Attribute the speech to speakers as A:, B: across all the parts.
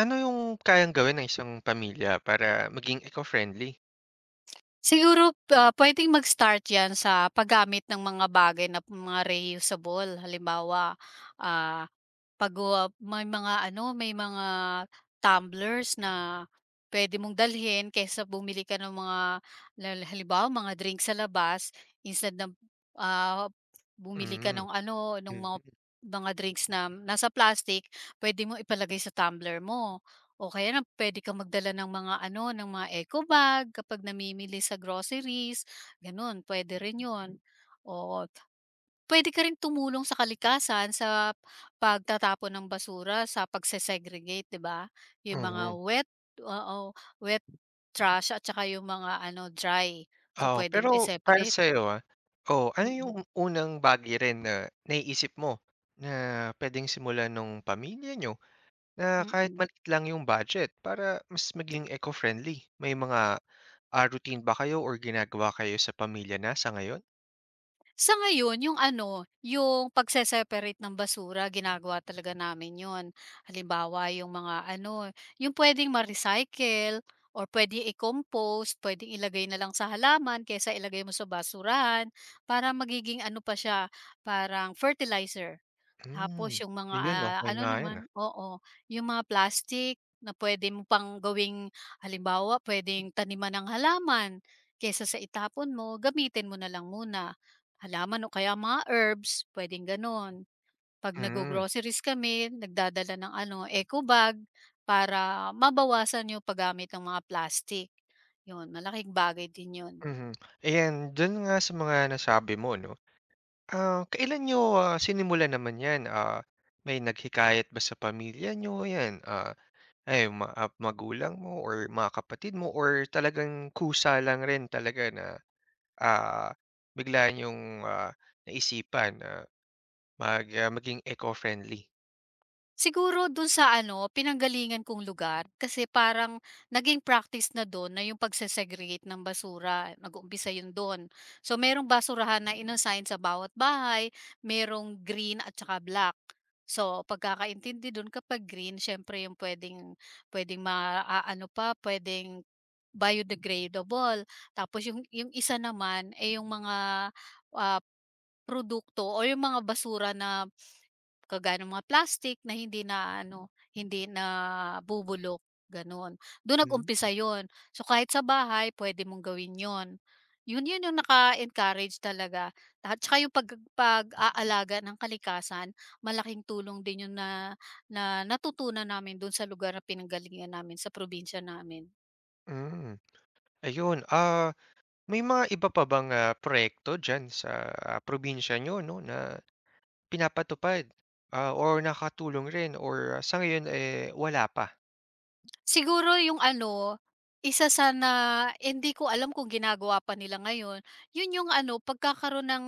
A: Ano yung kayang gawin ng isang pamilya para maging eco-friendly?
B: Siguro, puwedeng mag-start 'yan sa paggamit ng mga bagay na mga reusable. Halimbawa, ah, 'pag, may mga ano, may mga tumblers na pwede mong dalhin kaysa bumili ka ng mga halimbawa, mga drink sa labas instead na, ah, bumili ka
A: Hmm, mm,
B: ng ano, ng mga
A: mm.
B: mga drinks na nasa plastic, pwede mo ipalagay sa tumbler mo. O kaya puwede kang magdala ng mga ano, ng mga eco bag kapag namimili sa groceries, gano'n pwede rin yon. O, pwede ka rin tumulong sa kalikasan sa pagtatapon ng basura sa pagse-segregate, 'di ba? Yung mga
A: Mhm.
B: wet, oo, wet trash at saka yung mga ano, dry. So
A: Oo,
B: puwedeng
A: pero para
B: i-separate,
A: sa'yo, oo, ano
B: mm,
A: yung unang bagay rin na naiisip mo na puwedeng simulan nung pamilya niyo na
B: mm.
A: kahit
B: mm.
A: maliit lang yung budget para mas maging eco-friendly? May mga, routine ba kayo or ginagawa kayo sa pamilya na sa ngayon?
B: Sa ngayon, yung ano, yung pagse-separate ng basura ginagawa talaga namin 'yun. Halimbawa, yung mga ano, yung puwedeng ma-recycle or puwedeng i-compost, puwedeng ilagay na lang sa halaman kaysa ilagay mo sa basurahan para magiging ano pa siya, parang fertilizer.
A: Hmm,
B: Tapos yung mga,
A: Ayun okey
B: ano
A: nga
B: naman,
A: 'yan, ah.
B: oo, yung mga plastic na pwede mo pang gawing halimbawa, puwedeng taniman ng halaman kaysa sa itapon mo, gamitin mo na lang muna. Halaman o kaya mga herbs, puwedeng gano'n. 'Pag
A: Mm,
B: naggo-groceries kami, nagdadala ng ano, eco bag para mabawasan yung paggamit ng mga plastic. 'Yun, malaking bagay din 'yun.
A: mhm. Ayan, dun nga sa mga nasabi mo 'no. Kailan niyo, sinimulan naman 'yan? May naghikayat ba sa pamilya niyo 'yan, magulang mo or mga kapatid mo or talagang kusa lang rin talaga na, ah, bigla niyong, naisipan na maging eco-friendly?
B: Siguro dun sa ano, pinanggalingan kong lugar kasi parang naging practice na dun na yung pagse-segregate ng basura, nag-uumpisa yun dun. So merong basurahan na inassign sa bawat bahay, merong green at saka black. So pagkakaintindi dun, kapag green, syempre yung pwedeng pwedeng ano pa, pwedeng biodegradable. Tapos yung isa naman ay yung mga ah, produkto o yung mga basura na kagaya ng mga plastic na hindi na ano, hindi na bubulok, gano'n. Do'n
A: Hmm,
B: nag-umpisa 'yun. So, kahit sa bahay pwede mong gawin 'yun. 'Yun yung naka-encourage talaga, at tsaka yung pag-aalaga ng kalikasan, malaking tulong din 'yun na na natutunan namin do'n sa lugar na pinanggalingan namin, sa probinsya namin.
A: hmm. Ayun. May mga iba pa bang, proyekto diyan sa, probinsya niyo 'no na pinapatupad, or nakatulong rin or sa ngayon, eh, wala pa?
B: Siguro yung ano, isa sa na hindi ko alam kung ginagawa pa nila ngayon, yun yung ano, pagkakaroon ng,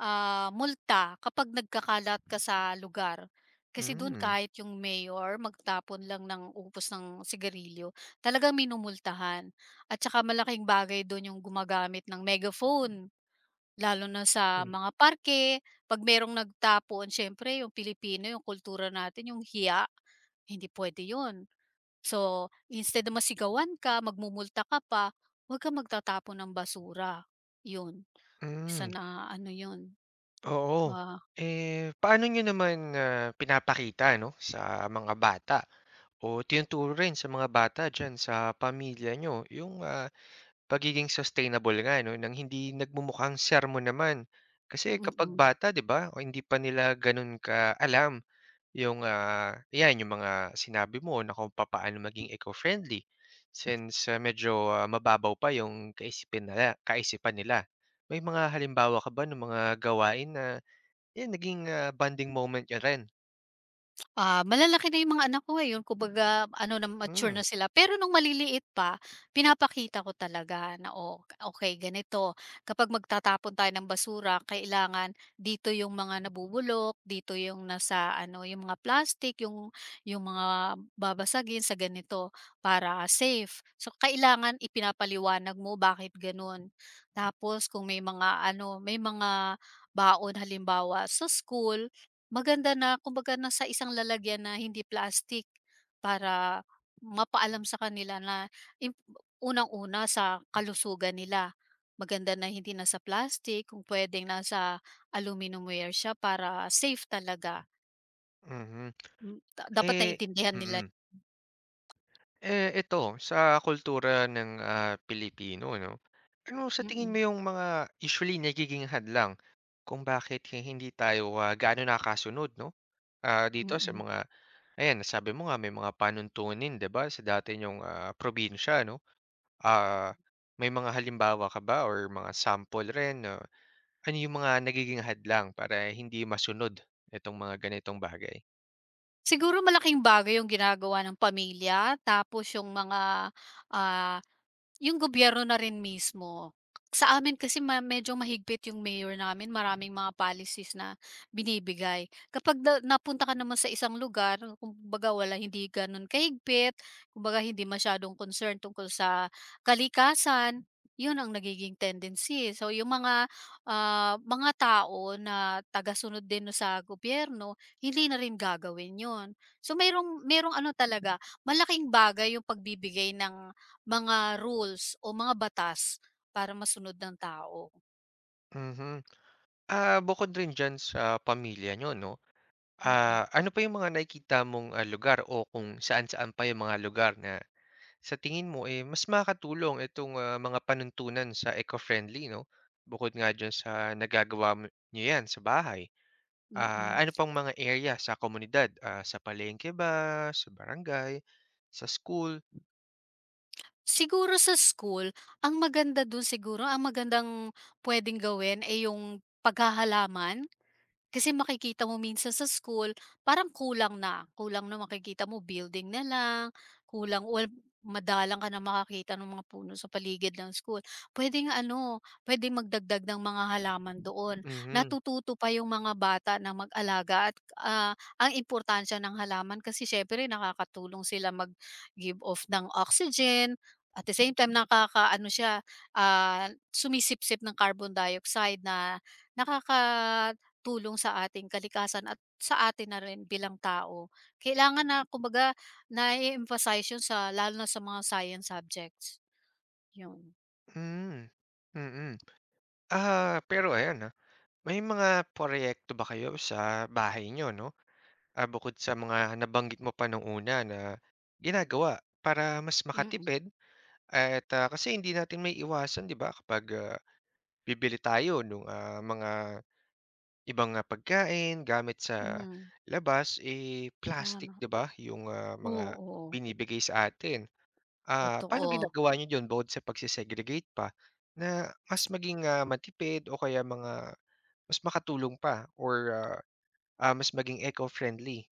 B: multa kapag nagkakalat ka sa lugar. Kasi dun
A: Hmm.
B: kahit yung mayor magtapon lang ng upos ng sigarilyo, talagang minumultahan. At saka malaking bagay dun yung gumagamit ng megaphone, lalo na sa
A: Hmm,
B: mga parke. 'Pag merong nagtapon, siyempre yung Pilipino, yung kultura natin yung hiya, hindi puwede yun. So, instead na masigawan ka, magmumulta ka pa, huwag kang magtatapon ng basura. 'Yun, isa
A: hmm,
B: na ano 'yun,
A: oo.
B: ah
A: Eh, paano niyo naman, pinapakita 'no, sa mga bata o tinuturo rin sa mga bata diyan sa pamilya niyo yung, pagiging sustainable nga 'no, ng hindi nagmumukhang sermon naman? Kasi
B: mm.
A: kapag
B: mm.
A: bata 'di ba, o hindi pa nila gano'n ka-alam. Yung, 'yan yung mga sinabi mo na kung papaano maging eco-friendly since, medyo, mababaw pa yung kaisipin nila kaisipan nila. May mga halimbawa ka ba ng mga gawain na 'yan naging, bonding moment niyo rin?
B: Malalaki na yung mga anak ko, eh, yung kumbaga ano, na mature
A: Hmm,
B: na sila. Pero nung maliliit pa, pinapakita ko talaga na, "Oh, okay, ganito, kapag magtatapon tayo ng basura, kailangan dito yung mga nabubulok, dito yung nasa ano, yung mga plastic, yung mga babasagin sa ganito, para safe." So, kailangan ipinapaliwanag mo bakit gano'n. Tapos kung may mga ano, may mga baon halimbawa sa school, maganda na kumbaga na sa isang lalagyan na hindi plastic, para mapaalam sa kanila na, im unang-una, sa kalusugan nila. Maganda na hindi na sa plastic, kung puwedeng nasa aluminum ware siya para safe talaga.
A: mhm.
B: Hmm, da dapat
A: Eh
B: naintindihan nila
A: mm. Eh, ito sa kultura ng, Pilipino 'no, ano sa tingin
B: mm,
A: mo yung mga usually nagiging hadlang kung bakit hindi tayo, gaano nakakasunod 'no, dito sa
B: mm.
A: mga. Ayan, nasabi mo nga may mga panuntunin 'di ba sa dati niyong, probinsya 'no? Ah, May mga halimbawa ka ba or mga sample rin na ano yung mga nagiging hadlang para hindi masunod itong mga ganitong bagay?
B: Siguro malaking bagay yung ginagawa ng pamilya, tapos yung mga, ah yung gobyerno na rin mismo. Sa amin kasi medyo mahigpit yung mayor namin, maraming mga policies na binibigay. Kapag na napunta ka naman sa isang lugar, kumbaga wala, hindi gano'n kahigpit, kumbaga hindi masyadong concern tungkol sa kalikasan, yun ang nagiging tendency. So yung mga, mga tao na tagasunod din no sa gobyerno, hindi na rin gagawin yun. So merong ano talaga, malaking bagay yung pagbibigay ng mga rules o mga batas para masunod ng tao.
A: Mhm. Bukod rin diyan sa pamilya niyo 'no,
B: Mm,
A: ano pa yung mga nakikita mong, lugar o kung saan-saan pa yung mga lugar na sa tingin mo, eh, mas makatulong itong, mga panuntunan sa eco-friendly 'no? Bukod nga diyan sa nagagawa mo niyo 'yan sa bahay. Ano
B: mm.
A: pang mga area sa komunidad, sa palengke ba, sa barangay, sa school?
B: Siguro sa school, ang maganda dun, siguro ang magandang puwedeng gawin ay yung paghahalaman. Kasi makikita mo minsan sa school parang kulang na, kulang na, makikita mo building na lang, kulang or madalang ka na makakita ng mga puno sa paligid ng school. Pwede nga ano, pwede magdagdag ng mga halaman doon.
A: Mhm,
B: Natututo pa yung mga bata na mag-alaga, at, ang importansya ng halaman, kasi siyempre nakakatulong sila mag-give off ng oxygen, at the same time nakaka ano siya, sumisipsip ng carbon dioxide na nakaka tulong sa ating kalikasan at sa atin na rin bilang tao. Kailangan na kumbaga na-e-emphasize 'yun, sa lalo na sa mga science subjects, 'yun.
A: hmm, mm. Mm-hmm. Pero ayan, may mga proyekto ba kayo sa bahay niyo 'no, bukod sa mga nabanggit mo pa nung una na ginagawa para mas
B: Mm-mm.
A: makatipid at, kasi hindi natin maiiwasan 'di ba kapag, bibili tayo ng mga ibang, pagkain gamit
B: Mm,
A: sa
B: hmm,
A: labas, eh, plastic
B: tama.
A: 'di ba yung, mga
B: Oo,
A: binibigay sa atin. Paano
B: totoo.
A: ginagawa niyo diyon bukod sa pagse-segregate pa na mas maging, matipid o kaya mga mas makatulong pa or, mas maging eco-friendly?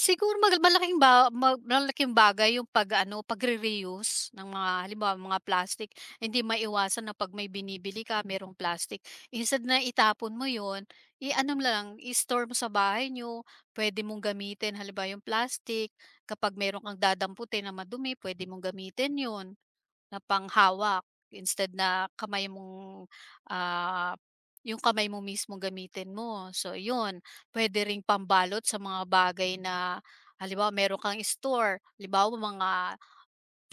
B: Siguro malaking ba ma malaking bagay yung pag-ano, pagre-reuse ng mga halimbawa mga plastic. Hindi maiwasan na 'pag may binibili ka, merong plastic, instead na itapon mo yon, i-ano mo lang, i-store mo sa bahay nyo. Puwede mong gamitin halimbawa yung plastic, kapag meron kang dadamputin na madumi, puwede mong gamitin yun. Na panghawak, instead na kamay mong, ah, yung kamay mo mismong gamitin mo. So yun, puwede ring pambalot sa mga bagay na, halimbawa, meron kang store, halimbawa mga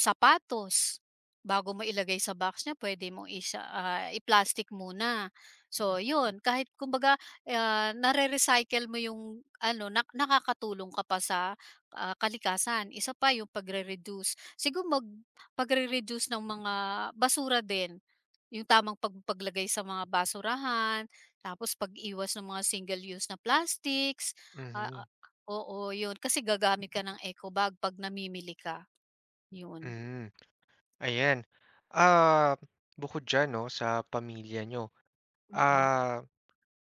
B: sapatos, bago mo ilagay sa box niya, pwede mong i-plastic muna. So yun, kahit kumbaga, nare-recycle mo yung ano, na nakakatulong ka pa sa, kalikasan. Isa pa yung pagre-reduce, siguro pagre-reduce ng mga basura din, yung tamang paglagay sa mga basurahan, tapos pag-iwas ng mga single-use na plastics, ah,
A: Mhm,
B: ah, oo, yun. Kasi gagamit ka ng eco bag 'pag namimili ka, yun.
A: hmm, ayan. Ah, Bukod diyan 'no sa pamilya niyo,
B: Mm,
A: ah,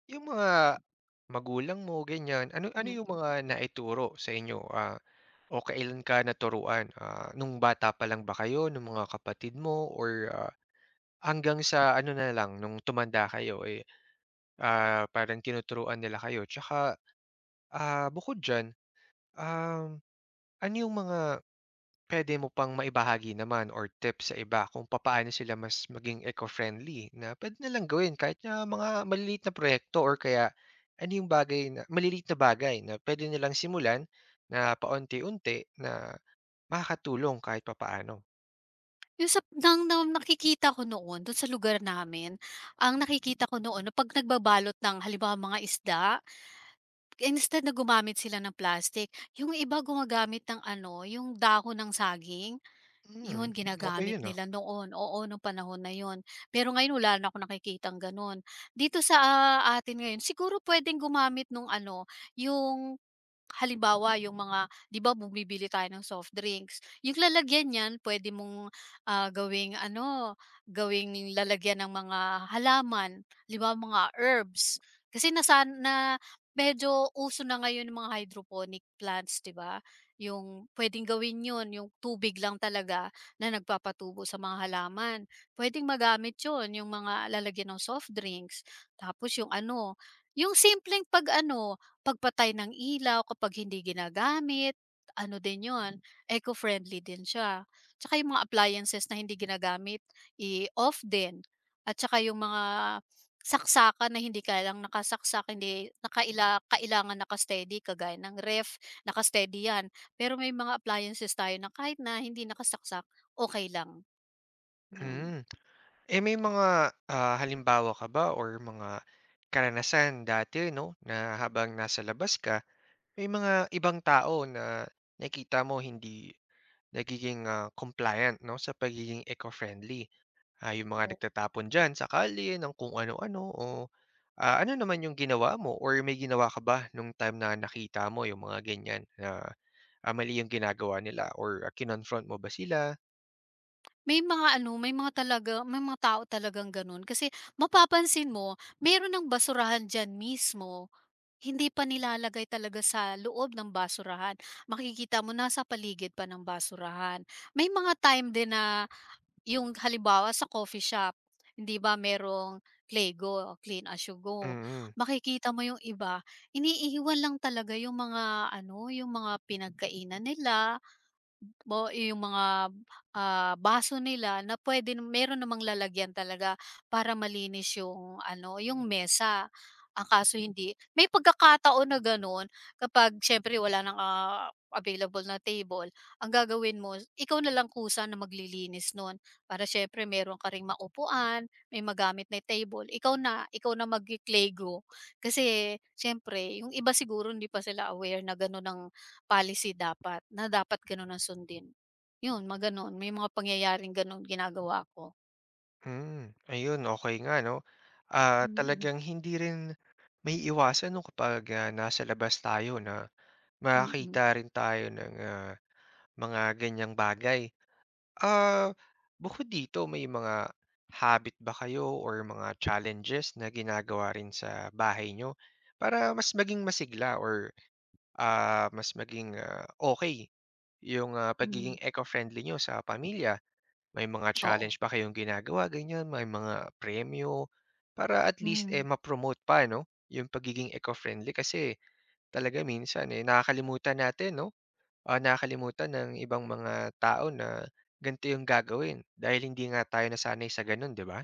A: yung mga magulang mo ganyan, ano ano yung
B: mm.
A: mga naituro sa inyo. O kailan ka naturuan? Nung bata pa lang ba kayo, nung mga kapatid mo or, hanggang sa ano na lang nung tumanda kayo, eh, parang tinuturuan nila kayo? Tsaka, bukod diyan, um, ano yung mga puwede mo pang maibahagi naman or tips sa iba kung papaano sila mas maging eco-friendly na pwede na lang gawin kahit na mga maliliit na proyekto or kaya ano yung bagay na maliliit na bagay na puwede nilang simulan na paunti-unti na makakatulong kahit papaano?
B: Yung sa ng nakikita ko noon dun sa lugar namin, ang nakikita ko noon na 'pag nagbabalot ng halimbawa mga isda, instead na gumamit sila ng plastic, yung iba gumagamit ng ano, yung dahon ng saging. 'Yun
A: Hmm, okay
B: ginagamit
A: yun, ah.
B: nila noon, oo, nung panahon na 'yun. Pero ngayon wala na akong nakikitang gano'n. Dito sa, atin ngayon, siguro puwedeng gumamit nung ano, yung halimbawa yung mga, 'di ba, bumibili tayo ng soft drinks, yung lalagyan niyan puwede mong, gawing ano, gawing lalagyan ng mga halaman, halimbawa mga herbs. Kasi nasan na, medyo uso na ngayon yung mga hydroponic plants, 'di ba? Yung puwedeng gawin 'yun, yung tubig lang talaga na nagpapatubo sa mga halaman. Puwedeng magamit yon yung mga lalagyan ng soft drinks. Tapos yung ano, yung simpleng pag-ano, pagpatay ng ilaw kapag hindi ginagamit, ano din yon, eco-friendly din siya. Tsaka yung mga appliances na hindi ginagamit, i-off din. At tsaka yung mga saksakan na hindi kailang nakasaksak, hindi kailangan naka-steady kagaya ng ref, naka 'yan. Pero may mga appliances tayo na kahit na hindi nakasaksak, okey lang, 'yun.
A: Mm. Eh, may mga, halimbawa ka ba or mga karanasan dati 'no, na habang nasa labas ka, may mga ibang tao na nakita mo hindi nagiging, compliant 'no, sa pagiging eco-friendly? Yung mga
B: O
A: nagtatapon diyan sa kalye ng kung ano-ano o, ano naman yung ginawa mo or may ginawa ka ba nung time na nakita mo yung mga ganyan na, mali yung ginagawa nila or kinonfront mo ba sila?
B: may mga ano, may mga tao talagang gano'n, kasi mapapansin mo meron ng basurahan diyan mismo, hindi pa nilalagay talaga sa loob ng basurahan. Makikita mo nasa paligid pa ng basurahan. May mga time din na, yung halimbawa sa coffee shop, hindi ba merong Clego, Clean As You Go.
A: Mm.
B: Makikita mo yung iba, iniiwan lang talaga yung mga ano, yung mga pinagkainan nila, yung mga, baso nila, na puwede meron namang lalagyan talaga para malinis yung ano, yung mesa. Ang kaso hindi, may pagkakataon na gano'n, kapag siyempre wala ng, available na table, ang gagawin mo, ikaw na lang kusa na maglilinis nun, para siyempre meron ka ring maupuan, may magamit na table, ikaw na magki-klego. Kasi siyempre yung iba, siguro hindi pa sila aware na gano'n ang policy, dapat na dapat gano'n ang sundin. 'Yun mga gano'n, may mga pangyayaring gano'n ginagawa ko.
A: Ayun okey nga 'no.
B: Mm,
A: Talagang hindi rin maiiwasan 'no kapag, nasa labas tayo na
B: mm,
A: makakita rin tayo ng, mga ganiyang bagay. Ah, Bukod dito may mga habit ba kayo or mga challenges na ginagawa rin sa bahay niyo para mas maging masigla or, mas maging, okey yung,
B: hmm,
A: pagiging eco-friendly niyo sa pamilya? May mga
B: oo,
A: challenge ba kayong ginagawa ganyan, may mga premyo, para at least,
B: hmm.
A: eh, ma-promote pa ano, yung pagiging eco-friendly kasi talaga minsan, eh, nakakalimutan natin 'no, nakakalimutan ng ibang mga tao na ganito yung gagawin dahil hindi nga tayo nasanay sa gano'n, 'di ba?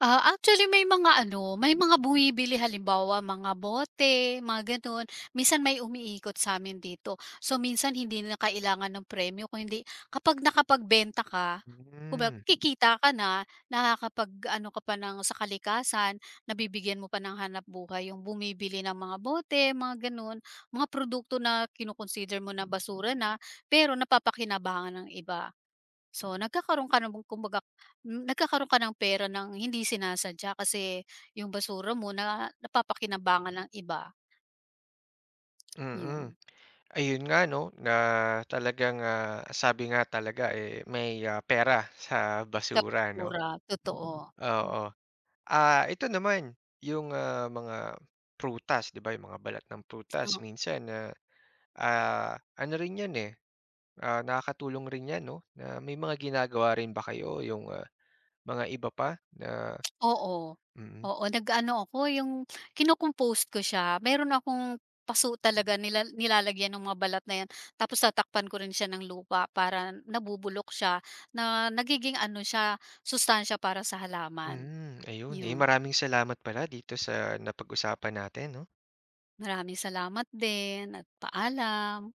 B: Actually may mga ano, may mga bumibili halimbawa mga bote, mga gano'n. Minsan may umiikot sa'min dito. So, minsan hindi na kailangan ng premyo, kundi kapag nakapagbenta ka, kumbaga
A: Hmm,
B: kikita ka na, nakakapag-ano ka pa ng sa kalikasan, nabibigyan mo pa ng hanap buhay yung bumibili ng mga bote, mga gano'n. Mga produkto na mo na basura na, pero napapakinabangan ng iba. So, nagkakaroon ka na bang kumbaga, nagkakaroon ka ng pera ng hindi sinasadya, kasi yung basura mo na napapakinabangan ng iba,
A: mm.
B: yun.
A: Ayun nga 'no, na talagang, sabi nga talaga, eh, may, pera sa
B: Sa
A: basura 'no,
B: basura, totoo. Hmm,
A: oo. Ito naman yung, mga prutas, 'di ba, yung mga balat ng prutas minsan na, ano rin 'yan, eh, nakakatulong rin 'yan 'no, na may mga ginagawa rin ba kayo yung, mga iba pa na
B: oo.
A: mm,
B: Oo, nag-ano ako, yung kino-compost ko siya. Meron akong paso talaga, nilalagyan ng mga balat na yan, tapos tatakpan ko rin siya ng lupa para nabubulok siya, na nagiging ano siya, sustansiya para sa halaman,
A: ayun, eh,
B: yun.
A: maraming salamat pala dito sa napag-usapan natin 'no.
B: Maraming salamat din at paalam.